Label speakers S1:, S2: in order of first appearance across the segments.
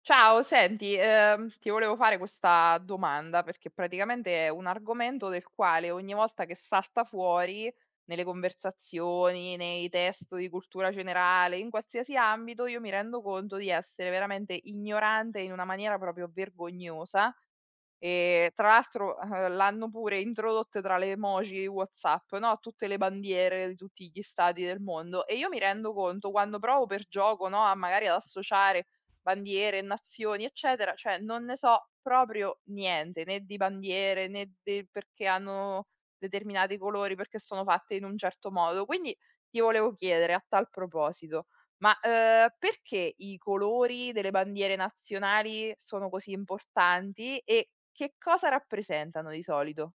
S1: Ciao, senti, ti volevo fare questa domanda perché praticamente è un argomento del quale ogni volta che salta fuori nelle conversazioni, nei test di cultura generale, in qualsiasi ambito, io mi rendo conto di essere veramente ignorante in una maniera proprio vergognosa. Tra l'altro, l'hanno pure introdotte tra le emoji WhatsApp, no, tutte le bandiere di tutti gli stati del mondo, e io mi rendo conto quando provo per gioco, no, a magari ad associare bandiere, nazioni, eccetera, cioè non ne so proprio niente, né di bandiere, né del perché hanno determinati colori, perché sono fatte in un certo modo. Quindi ti volevo chiedere a tal proposito, ma, perché i colori delle bandiere nazionali sono così importanti e che cosa rappresentano di solito?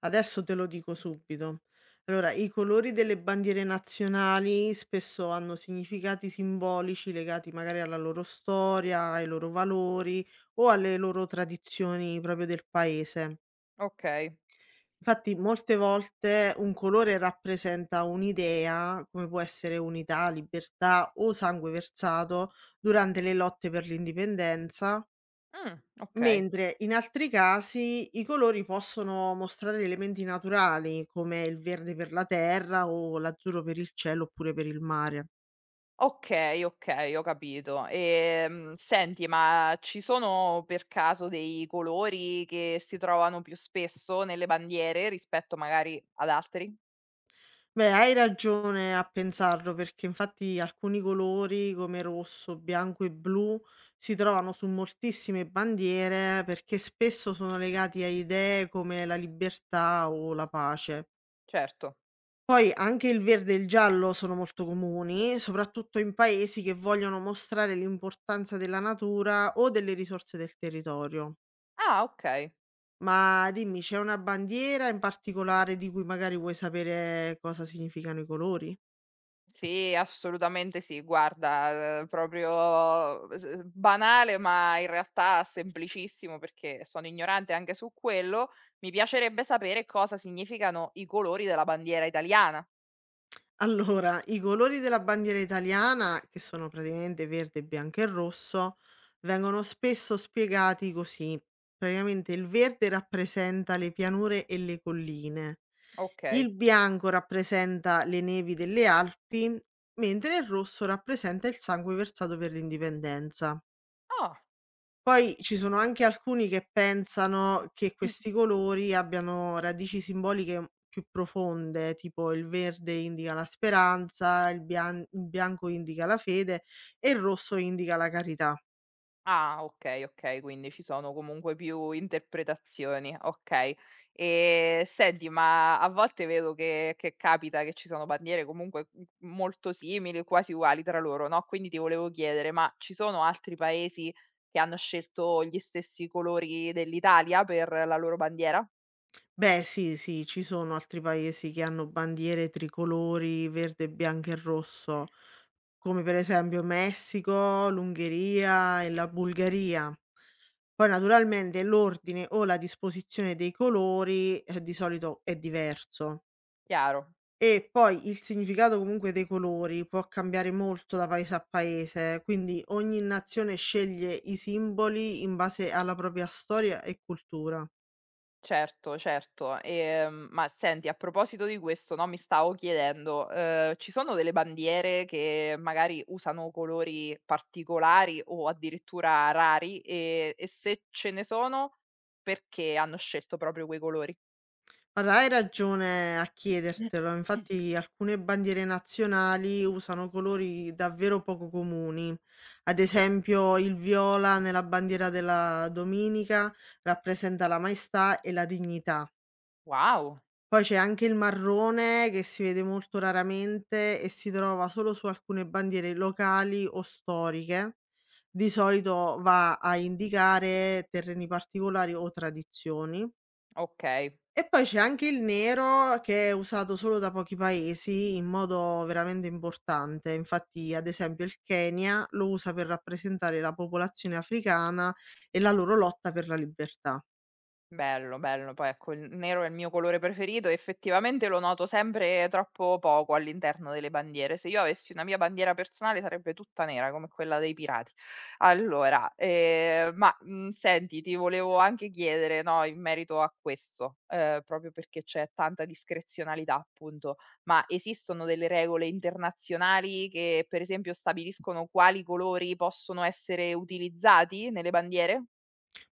S2: Adesso te lo dico subito. Allora, i colori delle bandiere nazionali spesso hanno significati simbolici legati magari alla loro storia, ai loro valori o alle loro tradizioni proprio del paese.
S1: Okay.
S2: Infatti, molte volte un colore rappresenta un'idea, come può essere unità, libertà o sangue versato durante le lotte per l'indipendenza,
S1: Okay.
S2: mentre in altri casi i colori possono mostrare elementi naturali, come il verde per la terra o l'azzurro per il cielo oppure per il mare.
S1: Okay, okay, ho capito. Senti, ma ci sono per caso dei colori che si trovano più spesso nelle bandiere rispetto magari ad altri?
S2: Beh, hai ragione a pensarlo perché infatti alcuni colori come rosso, bianco e blu si trovano su moltissime bandiere perché spesso sono legati a idee come la libertà o la pace.
S1: Certo.
S2: Poi anche il verde e il giallo sono molto comuni, soprattutto in paesi che vogliono mostrare l'importanza della natura o delle risorse del territorio.
S1: Ah, okay.
S2: Ma dimmi, c'è una bandiera in particolare di cui magari vuoi sapere cosa significano i colori?
S1: Sì, assolutamente sì. Guarda, proprio s s banale, ma in realtà semplicissimo perché sono ignorante anche su quello. Mi piacerebbe sapere cosa significano i colori della bandiera italiana.
S2: Allora, i colori della bandiera italiana, che sono praticamente verde, bianco e rosso, vengono spesso spiegati così. Praticamente il verde rappresenta le pianure e le colline,
S1: Okay.
S2: il bianco rappresenta le nevi delle Alpi, mentre il rosso rappresenta il sangue versato per l'indipendenza.
S1: Ah.
S2: Poi ci sono anche alcuni che pensano che questi colori abbiano radici simboliche, mhmm, più profonde, tipo il verde indica la speranza, il bianco indica la fede e il rosso indica la carità.
S1: Ah, okay, okay, quindi ci sono comunque più interpretazioni, okay. Senti, ma a volte vedo che capita che ci sono bandiere comunque, mhmm, molto simili, quasi uguali tra loro, no, quindi ti volevo chiedere: ma ci sono altri paesi che hanno scelto gli stessi colori dell'Italia per la loro bandiera?
S2: Beh, sì, sì, ci sono altri paesi che hanno bandiere tricolori verde, bianco e rosso, come per esempio Messico, l'Ungheria e la Bulgaria. Poi naturalmente l'ordine o la disposizione dei colori di solito è diverso.
S1: Chiaro.
S2: E poi il significato comunque dei colori può cambiare molto da paese a paese, quindi ogni nazione sceglie i simboli in base alla propria storia e cultura.
S1: Certo, certo. Ma senti, a proposito di questo, no, mi stavo chiedendo, ci sono delle bandiere che magari usano colori particolari o addirittura rari, e se ce ne sono, perché hanno scelto proprio quei colori?
S2: Guarda, hai ragione a chiedertelo, infatti alcune bandiere nazionali usano colori davvero poco comuni. Ad esempio, il viola nella bandiera della Dominica rappresenta la maestà e la dignità.
S1: Wow,
S2: Poi c'è anche il marrone che si vede molto raramente e si trova solo su alcune bandiere locali o storiche. Di solito va a indicare terreni particolari o tradizioni.
S1: okay.
S2: E poi c'è anche il nero che è usato solo da pochi paesi in modo veramente importante. Infatti, ad esempio, il Kenya lo usa per rappresentare la popolazione africana e la loro lotta per la libertà.
S1: Bello, bello. Poi ecco, il nero è il mio colore preferito, e effettivamente lo noto sempre troppo poco all'interno delle bandiere. Se io avessi una mia bandiera personale sarebbe tutta nera come quella dei pirati. Allora, ma, mhmm, senti, ti volevo anche chiedere, no, in merito a questo, proprio perché c'è tanta discrezionalità appunto, ma esistono delle regole internazionali che per esempio stabiliscono quali colori possono essere utilizzati nelle bandiere?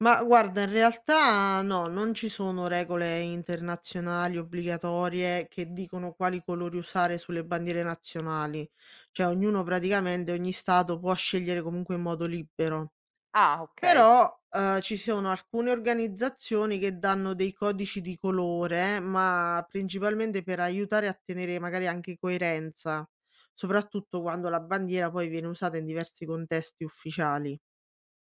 S2: Ma guarda, in realtà no, non ci sono regole internazionali obbligatorie che dicono quali colori usare sulle bandiere nazionali, cioè ognuno praticamente, ogni stato può scegliere comunque in modo libero.
S1: Ah, okay.
S2: Però, ci sono alcune organizzazioni che danno dei codici di colore, ma principalmente per aiutare a tenere magari anche coerenza, soprattutto quando la bandiera poi viene usata in diversi contesti ufficiali.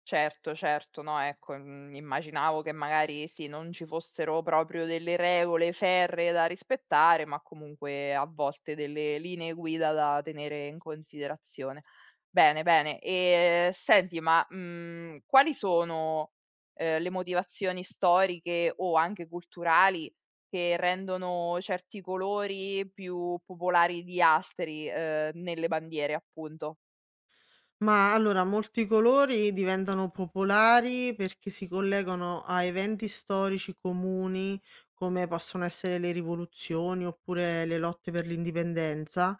S1: Certo, certo, no, ecco, mhmm, immaginavo che magari sì, non ci fossero proprio delle regole ferree da rispettare, ma comunque a volte delle linee guida da tenere in considerazione. Bene, bene. E senti, ma, mhmm, quali sono, le motivazioni storiche o anche culturali che rendono certi colori più popolari di altri, nelle bandiere appunto?
S2: Ma allora, molti colori diventano popolari perché si collegano a eventi storici comuni, come possono essere le rivoluzioni oppure le lotte per l'indipendenza,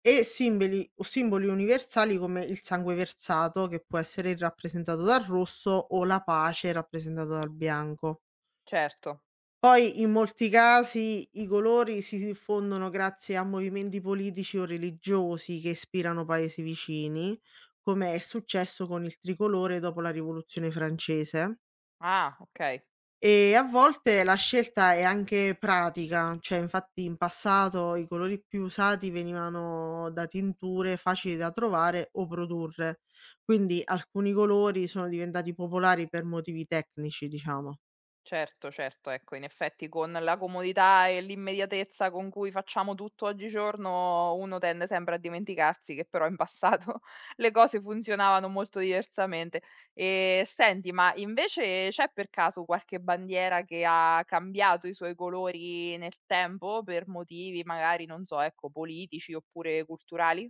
S2: e simboli, o simboli universali come il sangue versato, che può essere rappresentato dal rosso, o la pace rappresentata dal bianco.
S1: Certo.
S2: Poi in molti casi i colori si diffondono grazie a movimenti politici o religiosi che ispirano paesi vicini, come è successo con il tricolore dopo la rivoluzione francese.
S1: Ah, okay.
S2: E a volte la scelta è anche pratica, cioè infatti in passato i colori più usati venivano da tinture facili da trovare o produrre, quindi alcuni colori sono diventati popolari per motivi tecnici, diciamo.
S1: Certo, certo, ecco, in effetti con la comodità e l'immediatezza con cui facciamo tutto oggigiorno, uno tende sempre a dimenticarsi che però in passato le cose funzionavano molto diversamente. E senti, ma invece c'è per caso qualche bandiera che ha cambiato i suoi colori nel tempo per motivi magari, non so, ecco, politici oppure culturali?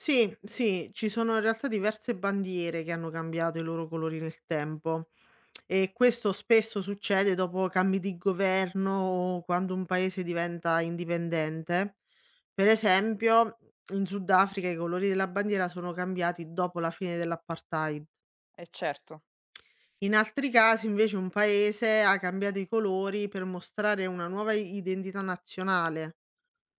S2: Sì, sì, ci sono in realtà diverse bandiere che hanno cambiato i loro colori nel tempo e questo spesso succede dopo cambi di governo o quando un paese diventa indipendente. Per esempio, in Sudafrica i colori della bandiera sono cambiati dopo la fine dell'apartheid.
S1: Eh certo.
S2: In altri casi, invece, un paese ha cambiato i colori per mostrare una nuova identità nazionale.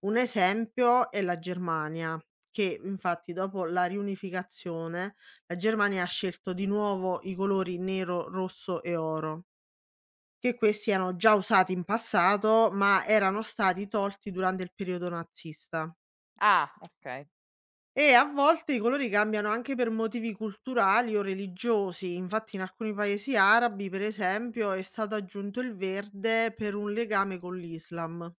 S2: Un esempio è la Germania, che infatti dopo la riunificazione la Germania ha scelto di nuovo i colori nero, rosso e oro, che questi erano già usati in passato, ma erano stati tolti durante il periodo nazista.
S1: Ah, ok.
S2: E a volte i colori cambiano anche per motivi culturali o religiosi, infatti in alcuni paesi arabi, per esempio, è stato aggiunto il verde per un legame con l'Islam.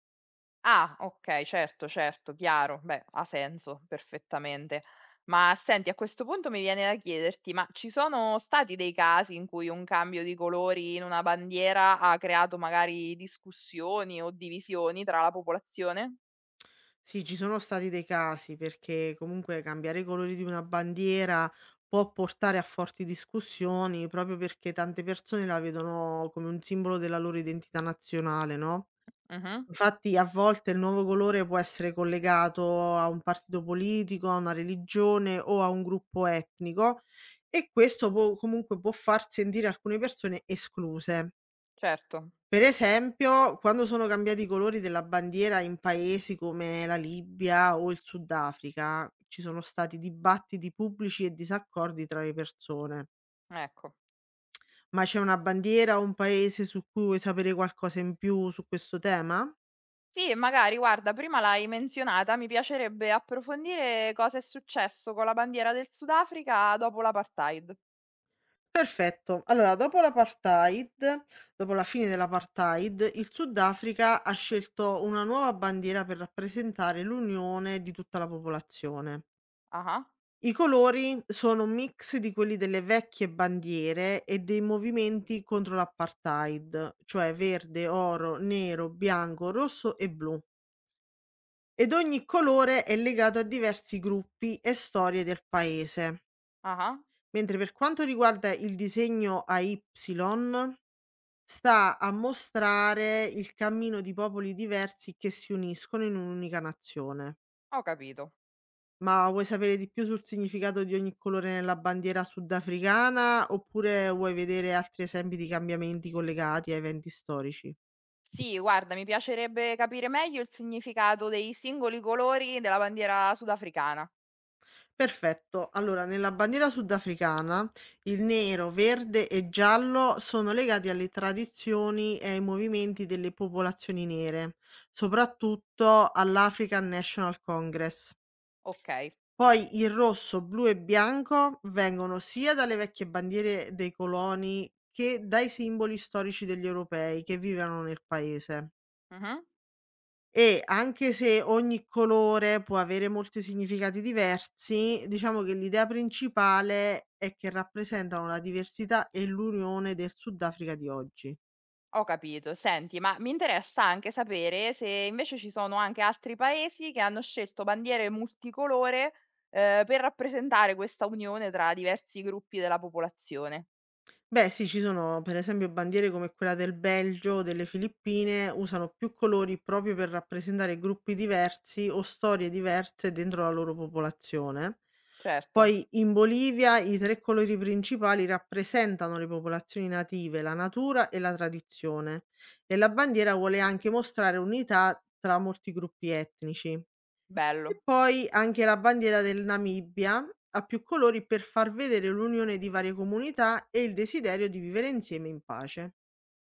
S1: Ah, okay, certo, certo, chiaro. Beh, ha senso perfettamente. Ma senti, a questo punto mi viene da chiederti, ma ci sono stati dei casi in cui un cambio di colori in una bandiera ha creato magari discussioni o divisioni tra la popolazione?
S2: Sì, ci sono stati dei casi perché comunque cambiare i colori di una bandiera può portare a forti discussioni proprio perché tante persone la vedono come un simbolo della loro identità nazionale, no?
S1: Mh-mh,
S2: Infatti a volte il nuovo colore può essere collegato a un partito politico, a una religione o a un gruppo etnico e questo può- comunque può far sentire alcune persone escluse.
S1: certo,
S2: Per esempio, quando sono cambiati i colori della bandiera in paesi come la Libia o il Sudafrica, ci sono stati dibattiti pubblici e disaccordi tra le persone.
S1: ecco.
S2: Ma c'è una bandiera o un paese su cui vuoi sapere qualcosa in più su questo tema?
S1: Sì, e magari guarda, prima l'hai menzionata, mi piacerebbe approfondire cosa è successo con la bandiera del Sudafrica dopo l'apartheid.
S2: Perfetto. Allora, dopo l'apartheid, dopo la fine dell'apartheid, il Sudafrica ha scelto una nuova bandiera per rappresentare l'unione di tutta la popolazione.
S1: Ah-ah,
S2: I colori sono un mix di quelli delle vecchie bandiere e dei movimenti contro l'apartheid, cioè verde, oro, nero, bianco, rosso e blu. Ed ogni colore è legato a diversi gruppi e storie del paese.
S1: ah-ah,
S2: Mentre per quanto riguarda il disegno a Y, sta a mostrare il cammino di popoli diversi che si uniscono in un'unica nazione.
S1: ho capito.
S2: Ma vuoi sapere di più sul significato di ogni colore nella bandiera sudafricana oppure vuoi vedere altri esempi di cambiamenti collegati a eventi storici?
S1: Sì, guarda, mi piacerebbe capire meglio il significato dei singoli colori della bandiera sudafricana.
S2: Perfetto, allora nella bandiera sudafricana il nero, verde e giallo sono legati alle tradizioni e ai movimenti delle popolazioni nere, soprattutto all'African National Congress.
S1: Ok,
S2: Poi il rosso, blu e bianco vengono sia dalle vecchie bandiere dei coloni che dai simboli storici degli europei che vivevano nel paese.
S1: mhm,
S2: E anche se ogni colore può avere molti significati diversi, diciamo che l'idea principale è che rappresentano la diversità e l'unione del Sudafrica di oggi.
S1: ho capito. Senti, ma mi interessa anche sapere se invece ci sono anche altri paesi che hanno scelto bandiere multicolore, per rappresentare questa unione tra diversi gruppi della popolazione.
S2: Beh sì, ci sono per esempio bandiere come quella del Belgio o delle Filippine, usano più colori proprio per rappresentare gruppi diversi o storie diverse dentro la loro popolazione.
S1: Certo,
S2: Poi in Bolivia i tre colori principali rappresentano le popolazioni native, la natura e la tradizione e la bandiera vuole anche mostrare unità tra molti gruppi etnici. E
S1: bello,
S2: poi anche la bandiera del Namibia ha più colori per far vedere l'unione di varie comunità e il desiderio di vivere insieme in pace.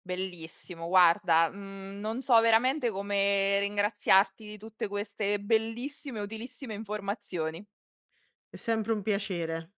S1: bellissimo. Guarda, mm, non so veramente come ringraziarti di tutte queste bellissime e utilissime informazioni.
S2: È sempre un piacere.